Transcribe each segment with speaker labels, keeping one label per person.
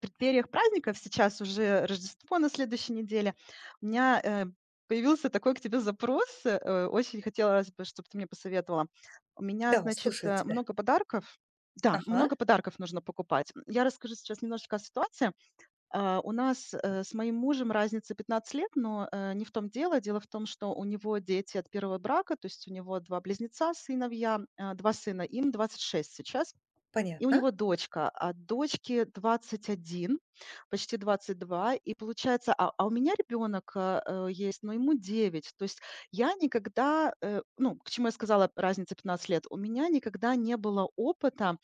Speaker 1: Преддвериях праздников, сейчас уже Рождество на следующей неделе, у меня, появился такой к тебе запрос. Очень хотелось бы, чтоб ты мне посоветовала. У меня,
Speaker 2: Да,
Speaker 1: значит,
Speaker 2: слушаю тебя.
Speaker 1: много подарков. Да,
Speaker 2: Ага,
Speaker 1: много подарков нужно покупать. Я расскажу сейчас немножечко о ситуации. А, у нас, с моим мужем разница 15 лет, но, не в том дело. Дело в том, что у него дети от первого брака, то есть у него 2 близнеца, сыновья, а, 2 сына, им 26 сейчас. И у
Speaker 2: понятно.
Speaker 1: него дочка. А дочке 21, почти 22, и получается, а у меня ребенок есть, но ему 9. То есть я никогда, ну, к чему я сказала, разница 15 лет, у меня никогда не было опыта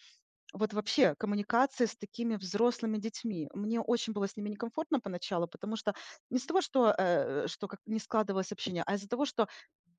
Speaker 1: вот вообще коммуникации с такими взрослыми детьми. Мне очень было с ними некомфортно поначалу, потому что не из того, что как не складывалось общение, а из-за того, что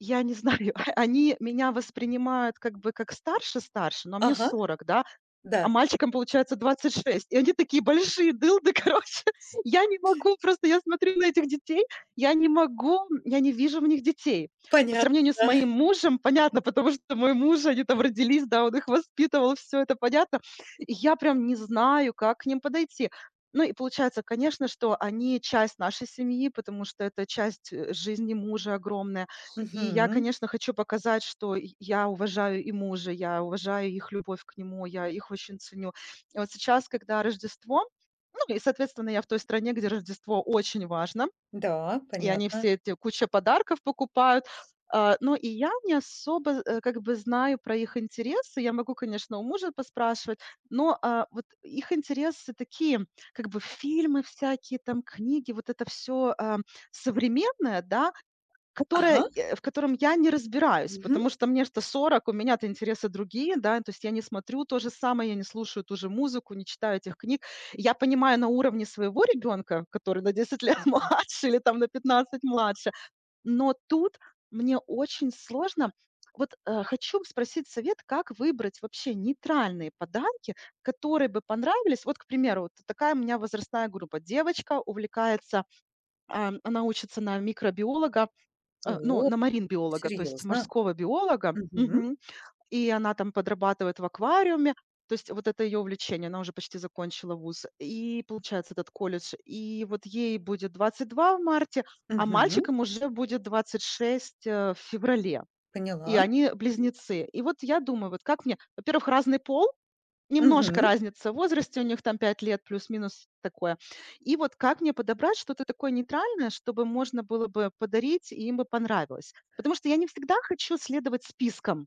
Speaker 1: я не знаю, они меня воспринимают как бы как старше-старше, но мне
Speaker 2: Ага,
Speaker 1: 40, да,
Speaker 2: да,
Speaker 1: а мальчикам, получается, 26. И они такие большие дылды, короче. Я не могу, просто я смотрю на этих детей, я не могу, я не вижу в них детей. По
Speaker 2: понятно,
Speaker 1: сравнению с
Speaker 2: да.
Speaker 1: моим мужем, понятно, потому что мой муж, они там родились, да, он их воспитывал, все это понятно. И я прям не знаю, как к ним подойти. Ну и получается, конечно, что они часть нашей семьи, потому что это часть жизни мужа огромная. И я,
Speaker 2: Мгм.
Speaker 1: конечно, хочу показать, что и я уважаю и мужа, я уважаю их любовь к нему, я их очень ценю. И вот сейчас, когда Рождество, ну и, соответственно, я в той стране, где Рождество очень важно,
Speaker 2: Да,
Speaker 1: и они
Speaker 2: понятно.
Speaker 1: все эти куча подарков покупают. А, но и я не особо, как бы знаю про их интересы. Я могу, конечно, у мужа поспрашивать, но, а, вот их интересы такие, как бы фильмы всякие там, книги, вот это все современное, да,
Speaker 2: Ага,
Speaker 1: которое, в котором я не разбираюсь,
Speaker 2: мгм.
Speaker 1: потому что мне что 40, у меня-то интересы другие, да, то есть я не смотрю то же самое, я не слушаю ту же музыку, не читаю этих книг. Я понимаю на уровне своего ребенка, который на 10 лет младше или там на 15 младше, но тут мне очень сложно. Вот, хочу спросить совет, как выбрать вообще нейтральные подарки, которые бы понравились. Вот, к примеру, вот такая у меня возрастная группа. Девочка увлекается, а, она учится на микробиолога. Ну,
Speaker 2: О,
Speaker 1: на марин-биолога, то есть
Speaker 2: серьезно?
Speaker 1: морского биолога.
Speaker 2: Мгм,
Speaker 1: Мгм. И она там подрабатывает в аквариуме. То есть вот это ее увлечение, она уже почти закончила вуз. И получается этот колледж. И вот ей будет 22 в марте, а
Speaker 2: мгм.
Speaker 1: мальчикам уже будет 26, в феврале. И
Speaker 2: Поняла.
Speaker 1: они близнецы. И вот я думаю, вот как мне, во-первых, разный пол, немножко
Speaker 2: Мгм.
Speaker 1: разница в возрасте, у них там 5 лет плюс-минус такое. И вот как мне подобрать что-то такое нейтральное, чтобы можно было бы подарить и им бы понравилось? Потому что я не всегда хочу следовать спискам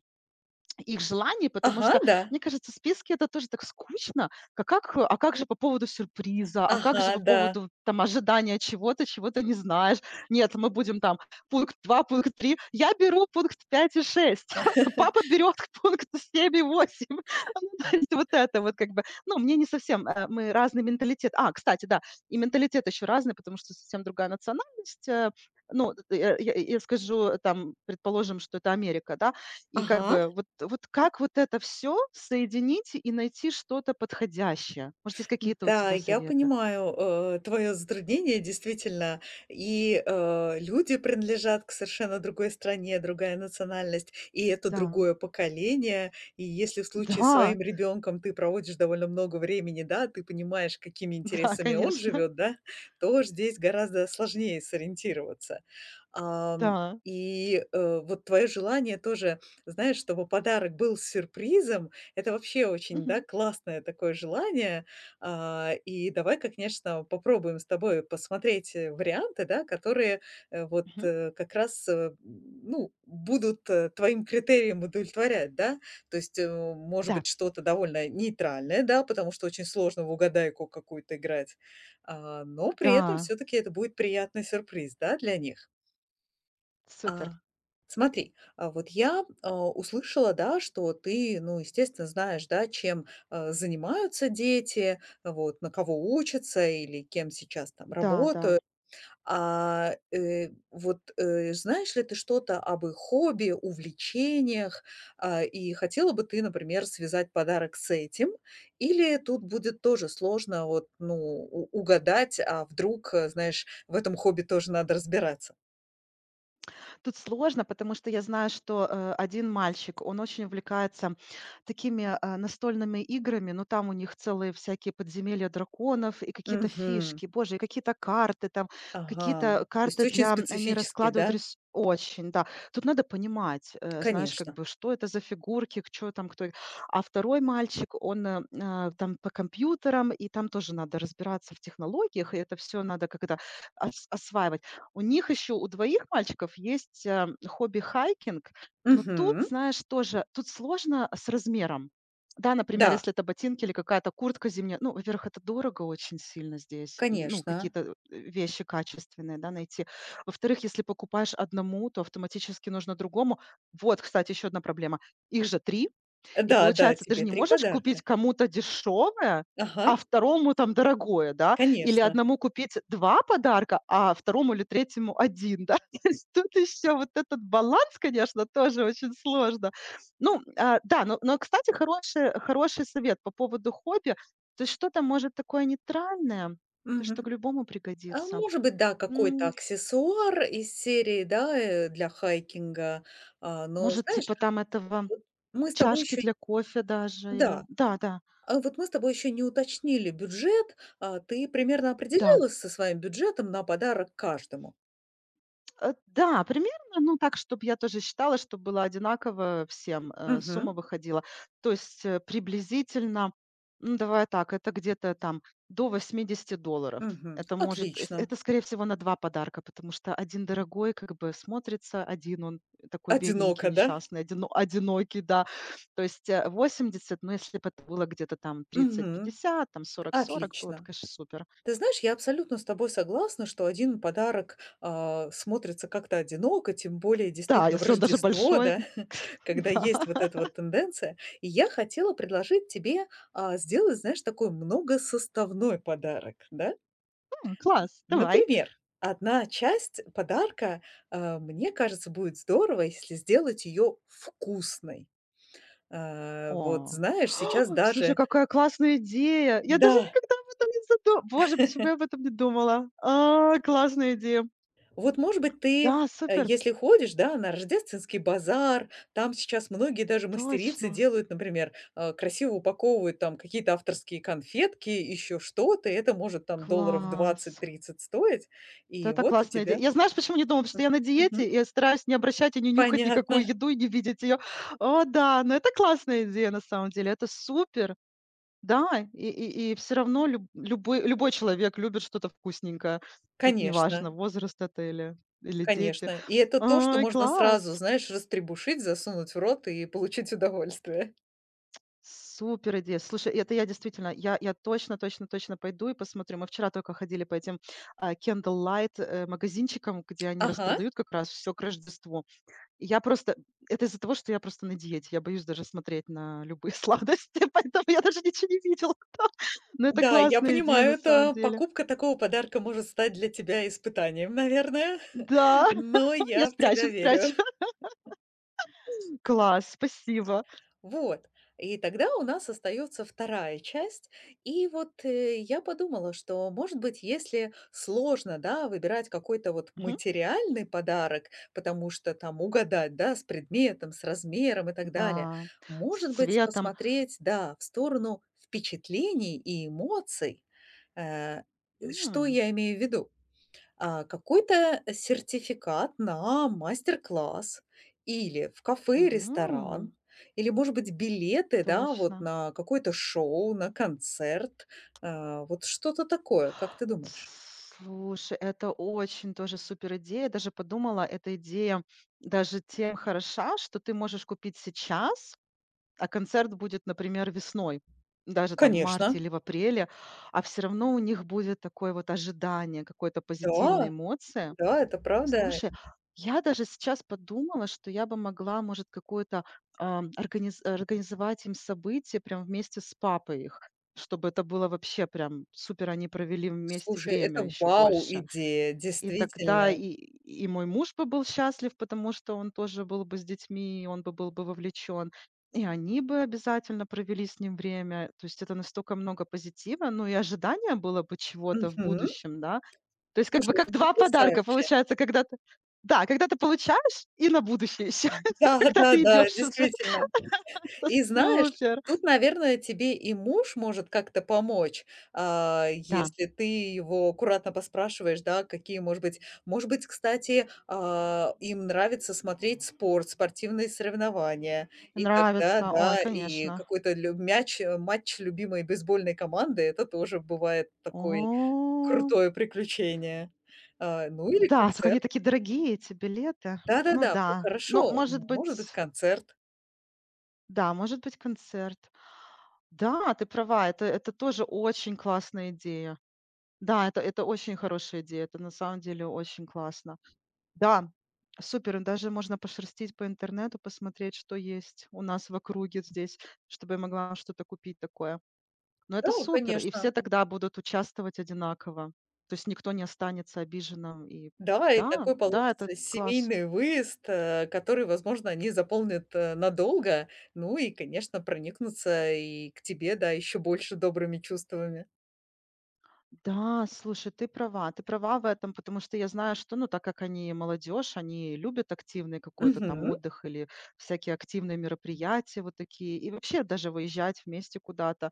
Speaker 1: их желаний, потому
Speaker 2: Ага,
Speaker 1: что,
Speaker 2: да.
Speaker 1: мне кажется, списки- это тоже так скучно. Ка как, э, а как же по поводу сюрприза, а как
Speaker 2: Ага,
Speaker 1: же по
Speaker 2: да.
Speaker 1: поводу, там, ожидания чего-то, чего ты не знаешь? Нет, мы будем там пункт 2, пункт 3. Я беру пункт 5 и 6. Папа берет пункт 7 и 8. Ну, то есть вот это вот как бы, ну, мне не совсем, мы разный менталитет. А, кстати, да, и менталитет еще разный, потому что совсем другая национальность. Ну, я скажу, там, предположим, что это Америка, да, и как
Speaker 2: Ага.
Speaker 1: бы вот как вот это все соединить и найти что-то подходящее? Может, есть какие-то у
Speaker 2: Да,
Speaker 1: тебя
Speaker 2: я
Speaker 1: советы?
Speaker 2: понимаю, твое затруднение, действительно. И, люди принадлежат к совершенно другой стране, другая национальность, и это
Speaker 1: Да,
Speaker 2: другое поколение. И если в случае с
Speaker 1: да,
Speaker 2: своим ребенком ты проводишь довольно много времени, да, ты понимаешь, какими
Speaker 1: да,
Speaker 2: интересами он
Speaker 1: конечно,
Speaker 2: живет, да, то ж здесь гораздо сложнее сориентироваться. Ам,
Speaker 1: да.
Speaker 2: и, вот твое желание тоже, знаешь, чтобы подарок был с сюрпризом — это вообще очень, да,
Speaker 1: Мгм,
Speaker 2: классное такое желание. А, и давай, конечно, попробуем с тобой посмотреть, варианты, да, которые, вот,
Speaker 1: мгм.
Speaker 2: как раз, ну, будут, твоим критериям удовлетворять, да. То есть, может
Speaker 1: Да,
Speaker 2: быть, что-то довольно нейтральное, да, потому что очень сложно в угадайку какую-то играть, а, но при этом
Speaker 1: да,
Speaker 2: все-таки это будет приятный сюрприз, да, для них.
Speaker 1: супер.
Speaker 2: А, смотри, а, вот я, а, услышала, да, что ты, ну, естественно, знаешь, да, чем, а, занимаются дети, вот, на кого учатся или кем сейчас там
Speaker 1: Да, да.
Speaker 2: работают. А, вот, знаешь ли ты что-то об их хобби, увлечениях? А, и хотела бы ты, например, связать подарок с этим? Или тут будет тоже сложно вот, ну, у угадать, а вдруг, знаешь, в этом хобби тоже надо разбираться?
Speaker 1: Тут сложно, потому что я знаю, что, 1 мальчик, он очень увлекается такими, настольными играми, но там у них целые всякие подземелья драконов и какие-то
Speaker 2: Мгм.
Speaker 1: фишки, боже, и какие-то карты там,
Speaker 2: Ага,
Speaker 1: какие-то
Speaker 2: то есть
Speaker 1: карты
Speaker 2: очень
Speaker 1: для они
Speaker 2: специфически,
Speaker 1: раскладывают
Speaker 2: да?
Speaker 1: рис очень, да. Тут надо понимать, знаешь, как
Speaker 2: Конечно.
Speaker 1: бы, что это за фигурки, что там кто. А второй мальчик, он, там по компьютерам, и там тоже надо разбираться в технологиях, и это все надо как то ос осваивать. У них еще, у двоих мальчиков есть, хобби хайкинг, но тут,
Speaker 2: Мгм.
Speaker 1: знаешь, тоже, тут сложно с размером. Да, например,
Speaker 2: Да,
Speaker 1: если это ботинки или какая-то куртка зимняя. Ну, во-первых, это дорого очень сильно здесь, и, ну,
Speaker 2: конечно.
Speaker 1: какие-то, вещи качественные, да, найти. Во-вторых, если покупаешь одному, то автоматически нужно другому. Вот, кстати, еще одна проблема. Их же 3. И
Speaker 2: Да-да,
Speaker 1: получается, ты же
Speaker 2: тебе
Speaker 1: не
Speaker 2: три
Speaker 1: можешь купить
Speaker 2: подарка.
Speaker 1: кому-то дешевое,
Speaker 2: Ага,
Speaker 1: а второму там дорогое, да? Или
Speaker 2: конечно.
Speaker 1: одному купить 2 подарка, а второму или третьему один, да? То есть тут еще вот этот баланс, конечно, тоже очень сложно. Ну, а, да, но, кстати, хороший совет по поводу хобби. То есть что-то, может, такое нейтральное, то, что
Speaker 2: Мгм.
Speaker 1: к любому
Speaker 2: А
Speaker 1: пригодится.
Speaker 2: может быть, да, какой-то
Speaker 1: М,
Speaker 2: аксессуар из серии, да, для хайкинга. А, но
Speaker 1: может,
Speaker 2: знаешь,
Speaker 1: типа там этого
Speaker 2: вот мы с тобой
Speaker 1: чашки
Speaker 2: еще
Speaker 1: для кофе даже или.
Speaker 2: да,
Speaker 1: Да, да,
Speaker 2: а вот мы с тобой еще не уточнили бюджет. А, ты примерно
Speaker 1: да.
Speaker 2: определилась со своим бюджетом на подарок каждому?
Speaker 1: Да, примерно, ну, так, чтобы я тоже считала, чтоб было одинаково всем,
Speaker 2: Угу,
Speaker 1: сумма выходила. То есть, приблизительно, ну, давай так, это где-то там до $80.
Speaker 2: угу.
Speaker 1: Это может эс
Speaker 2: Отлично.
Speaker 1: это, скорее всего, на 2 подарка, потому что один дорогой, как бы смотрится, один он такой бедненький,
Speaker 2: Одиноко, да?
Speaker 1: несчастный, одинокий, да. То есть, 80, ну, если бы это было где-то там
Speaker 2: Мгм.
Speaker 1: 30-50, там 40-40, было бы,
Speaker 2: Отлично.
Speaker 1: конечно, супер.
Speaker 2: Ты знаешь, я абсолютно с тобой согласна, что один подарок, а, смотрится как-то одиноко, тем более
Speaker 1: Да,
Speaker 2: действительно в
Speaker 1: если он даже
Speaker 2: Рождество,
Speaker 1: большой,
Speaker 2: да, когда
Speaker 1: да,
Speaker 2: есть вот эта вот тенденция. И я хотела предложить тебе, а, сделать, знаешь, такой многосоставной подарок, да.
Speaker 1: класс, давай.
Speaker 2: Например, одна часть подарка, а, мне кажется, будет здорово, если сделать ее вкусной. А, вот
Speaker 1: О.
Speaker 2: знаешь, сейчас
Speaker 1: Слушай,
Speaker 2: даже
Speaker 1: какая классная идея! Я даже
Speaker 2: да.
Speaker 1: никогда об этом не задумывалась. Боже, почему я об этом не думала? А, классная идея.
Speaker 2: Вот, может быть, ты,
Speaker 1: Да, супер.
Speaker 2: если ходишь, да, на рождественский базар, там сейчас многие даже мастерицы
Speaker 1: Точно.
Speaker 2: делают, например, красиво упаковывают там какие-то авторские конфетки, еще что-то, и это может там долларов
Speaker 1: Класс.
Speaker 2: двадцать-тридцать стоить,
Speaker 1: Вот
Speaker 2: и
Speaker 1: это
Speaker 2: вот у
Speaker 1: классная идея.
Speaker 2: тебя.
Speaker 1: Я знаешь, почему не думала? Потому что
Speaker 2: Мгм.
Speaker 1: я на
Speaker 2: Мгм.
Speaker 1: диете, и я стараюсь не обращать и не нюхать
Speaker 2: Понятно.
Speaker 1: никакую еду, и не видеть ее. О да, но это классная идея на самом деле, это супер. Да, и всё равно любой человек любит что-то вкусненькое. Тут
Speaker 2: Конечно,
Speaker 1: неважно, возраст это или дети.
Speaker 2: конечно. И это то, что
Speaker 1: Ой,
Speaker 2: можно сразу,
Speaker 1: класс!
Speaker 2: знаешь, растребушить, засунуть в рот и получить удовольствие.
Speaker 1: Супер идея. Слушай, это я действительно, я точно, точно, точно пойду и посмотрю. Мы вчера только ходили по этим Candlelight магазинчикам, где они
Speaker 2: Ага,
Speaker 1: распродают как раз все к Рождеству. И я просто, это из-за того, что я просто на диете. Я боюсь даже смотреть на любые сладости, поэтому я даже ничего не видела. там. Но это
Speaker 2: да, я
Speaker 1: классная идея
Speaker 2: понимаю,
Speaker 1: на самом
Speaker 2: это
Speaker 1: деле.
Speaker 2: покупка такого подарка может стать для тебя испытанием, наверное.
Speaker 1: Да,
Speaker 2: Но
Speaker 1: я
Speaker 2: я в
Speaker 1: спрячу,
Speaker 2: тебя
Speaker 1: спрячу.
Speaker 2: верю.
Speaker 1: Класс, спасибо.
Speaker 2: Вот. И тогда у нас остается вторая часть. И вот, я подумала, что, может быть, если сложно, да, выбирать какой-то вот
Speaker 1: Мгм.
Speaker 2: материальный подарок, потому что там угадать, да, с предметом, с размером и так далее,
Speaker 1: Да,
Speaker 2: может
Speaker 1: с
Speaker 2: быть,
Speaker 1: цветом.
Speaker 2: посмотреть, да, в сторону впечатлений и эмоций. Э, что
Speaker 1: М,
Speaker 2: я имею в виду? А, какой-то сертификат на мастер-класс или в кафе
Speaker 1: м,
Speaker 2: ресторан, или, может быть, билеты, да, вот
Speaker 1: точно.
Speaker 2: на какое-то шоу, на концерт, а, вот что-то такое, как ты думаешь?
Speaker 1: Слушай, это очень тоже супер идея. Даже подумала, эта идея даже тем хороша, что ты можешь купить сейчас, а концерт будет, например, весной, даже там в марте
Speaker 2: Конечно,
Speaker 1: или в апреле, а все равно у них будет такое вот ожидание какой-то позитивной
Speaker 2: да,
Speaker 1: эмоции.
Speaker 2: да, это правда.
Speaker 1: Слушай, я даже сейчас подумала, что я бы могла, может, какое-то организовать им событие прям вместе с папой их, чтобы это было вообще прям супер, они провели вместе
Speaker 2: Слушай,
Speaker 1: время
Speaker 2: это
Speaker 1: еще больше.
Speaker 2: вау-идея,
Speaker 1: И тогда
Speaker 2: действительно.
Speaker 1: и мой муж бы был счастлив, потому что он тоже был бы с детьми, и он бы был бы вовлечен. И они бы обязательно провели с ним время. То есть это настолько много позитива, ну и ожидания было бы чего-то в
Speaker 2: Мгм.
Speaker 1: будущем, да, то есть как бы
Speaker 2: Слушай,
Speaker 1: как
Speaker 2: это
Speaker 1: 2 подарка
Speaker 2: потрясающе.
Speaker 1: получается, когда ты. Да, когда ты получаешь и на будущее еще,
Speaker 2: Да,
Speaker 1: когда
Speaker 2: да,
Speaker 1: ты
Speaker 2: да,
Speaker 1: идешь, уже.
Speaker 2: действительно.
Speaker 1: Это
Speaker 2: И знаешь,
Speaker 1: супер.
Speaker 2: тут, наверное, тебе и муж может как-то помочь, а,
Speaker 1: Да,
Speaker 2: если ты его аккуратно поспрашиваешь, да, какие, может быть, кстати, а, им нравится смотреть спорт, спортивные соревнования. И тогда,
Speaker 1: нравится. Ой,
Speaker 2: да, и
Speaker 1: конечно.
Speaker 2: какой-то матч любимой бейсбольной команды — это тоже бывает такое
Speaker 1: О,
Speaker 2: крутое приключение. А, ну или
Speaker 1: да, только
Speaker 2: концерт.
Speaker 1: они такие дорогие, эти билеты. Ну
Speaker 2: Да-да-да,
Speaker 1: да, но,
Speaker 2: хорошо,
Speaker 1: может
Speaker 2: может быть,
Speaker 1: быть,
Speaker 2: концерт.
Speaker 1: да, может быть, концерт. Да, ты права, это тоже очень классная идея. Да, это очень хорошая идея, это на самом деле очень классно. Да, супер. Даже можно пошерстить по интернету, посмотреть, что есть у нас в округе здесь, чтобы я могла что-то купить такое. Но это
Speaker 2: Да,
Speaker 1: супер, и
Speaker 2: конечно.
Speaker 1: все тогда будут участвовать одинаково. То есть никто не останется обиженным. И
Speaker 2: Да, и
Speaker 1: да,
Speaker 2: такой
Speaker 1: да, это
Speaker 2: получится
Speaker 1: класс.
Speaker 2: семейный выезд, который, возможно, они заполнят надолго. Ну и, конечно, проникнутся и к тебе, да, еще больше добрыми чувствами.
Speaker 1: Да, слушай, ты права в этом, потому что я знаю, что, ну, так как они молодежь, они любят активный какой-то там
Speaker 2: Мгм.
Speaker 1: отдых или всякие активные мероприятия вот такие, и вообще даже выезжать вместе куда-то.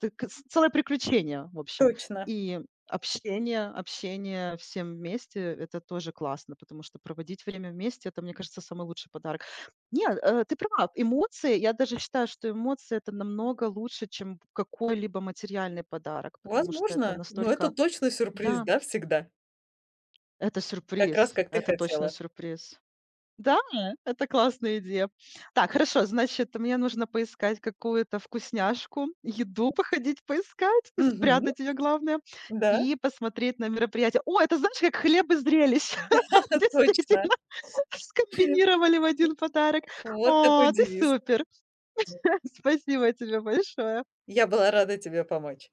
Speaker 1: Так с целое приключение, в общем.
Speaker 2: Точно.
Speaker 1: И общение всем вместе- это тоже классно, потому что проводить время вместе- это, мне кажется, самый лучший подарок. Нет, ты права, эмоции, я даже считаю, что эмоции- это намного лучше, чем какой-либо материальный подарок, потому что это
Speaker 2: Возможно, но это
Speaker 1: настолько.
Speaker 2: точно сюрприз,
Speaker 1: Да,
Speaker 2: да, всегда.
Speaker 1: это
Speaker 2: Как
Speaker 1: сюрприз,
Speaker 2: раз как ты
Speaker 1: это точно
Speaker 2: хотела.
Speaker 1: сюрприз. Да, это классная идея. Так, хорошо, значит, мне нужно поискать какую-то вкусняшку, еду походить поискать и
Speaker 2: Мгм.
Speaker 1: спрятать ее, главное,
Speaker 2: Да,
Speaker 1: и посмотреть на мероприятие. О, это знаешь, как хлеб и зрелище.
Speaker 2: точно.
Speaker 1: Действительно, скомбинировали в один подарок.
Speaker 2: Вот
Speaker 1: О,
Speaker 2: такой
Speaker 1: ты
Speaker 2: девиз.
Speaker 1: супер. Спасибо тебе большое.
Speaker 2: Я была рада тебе помочь.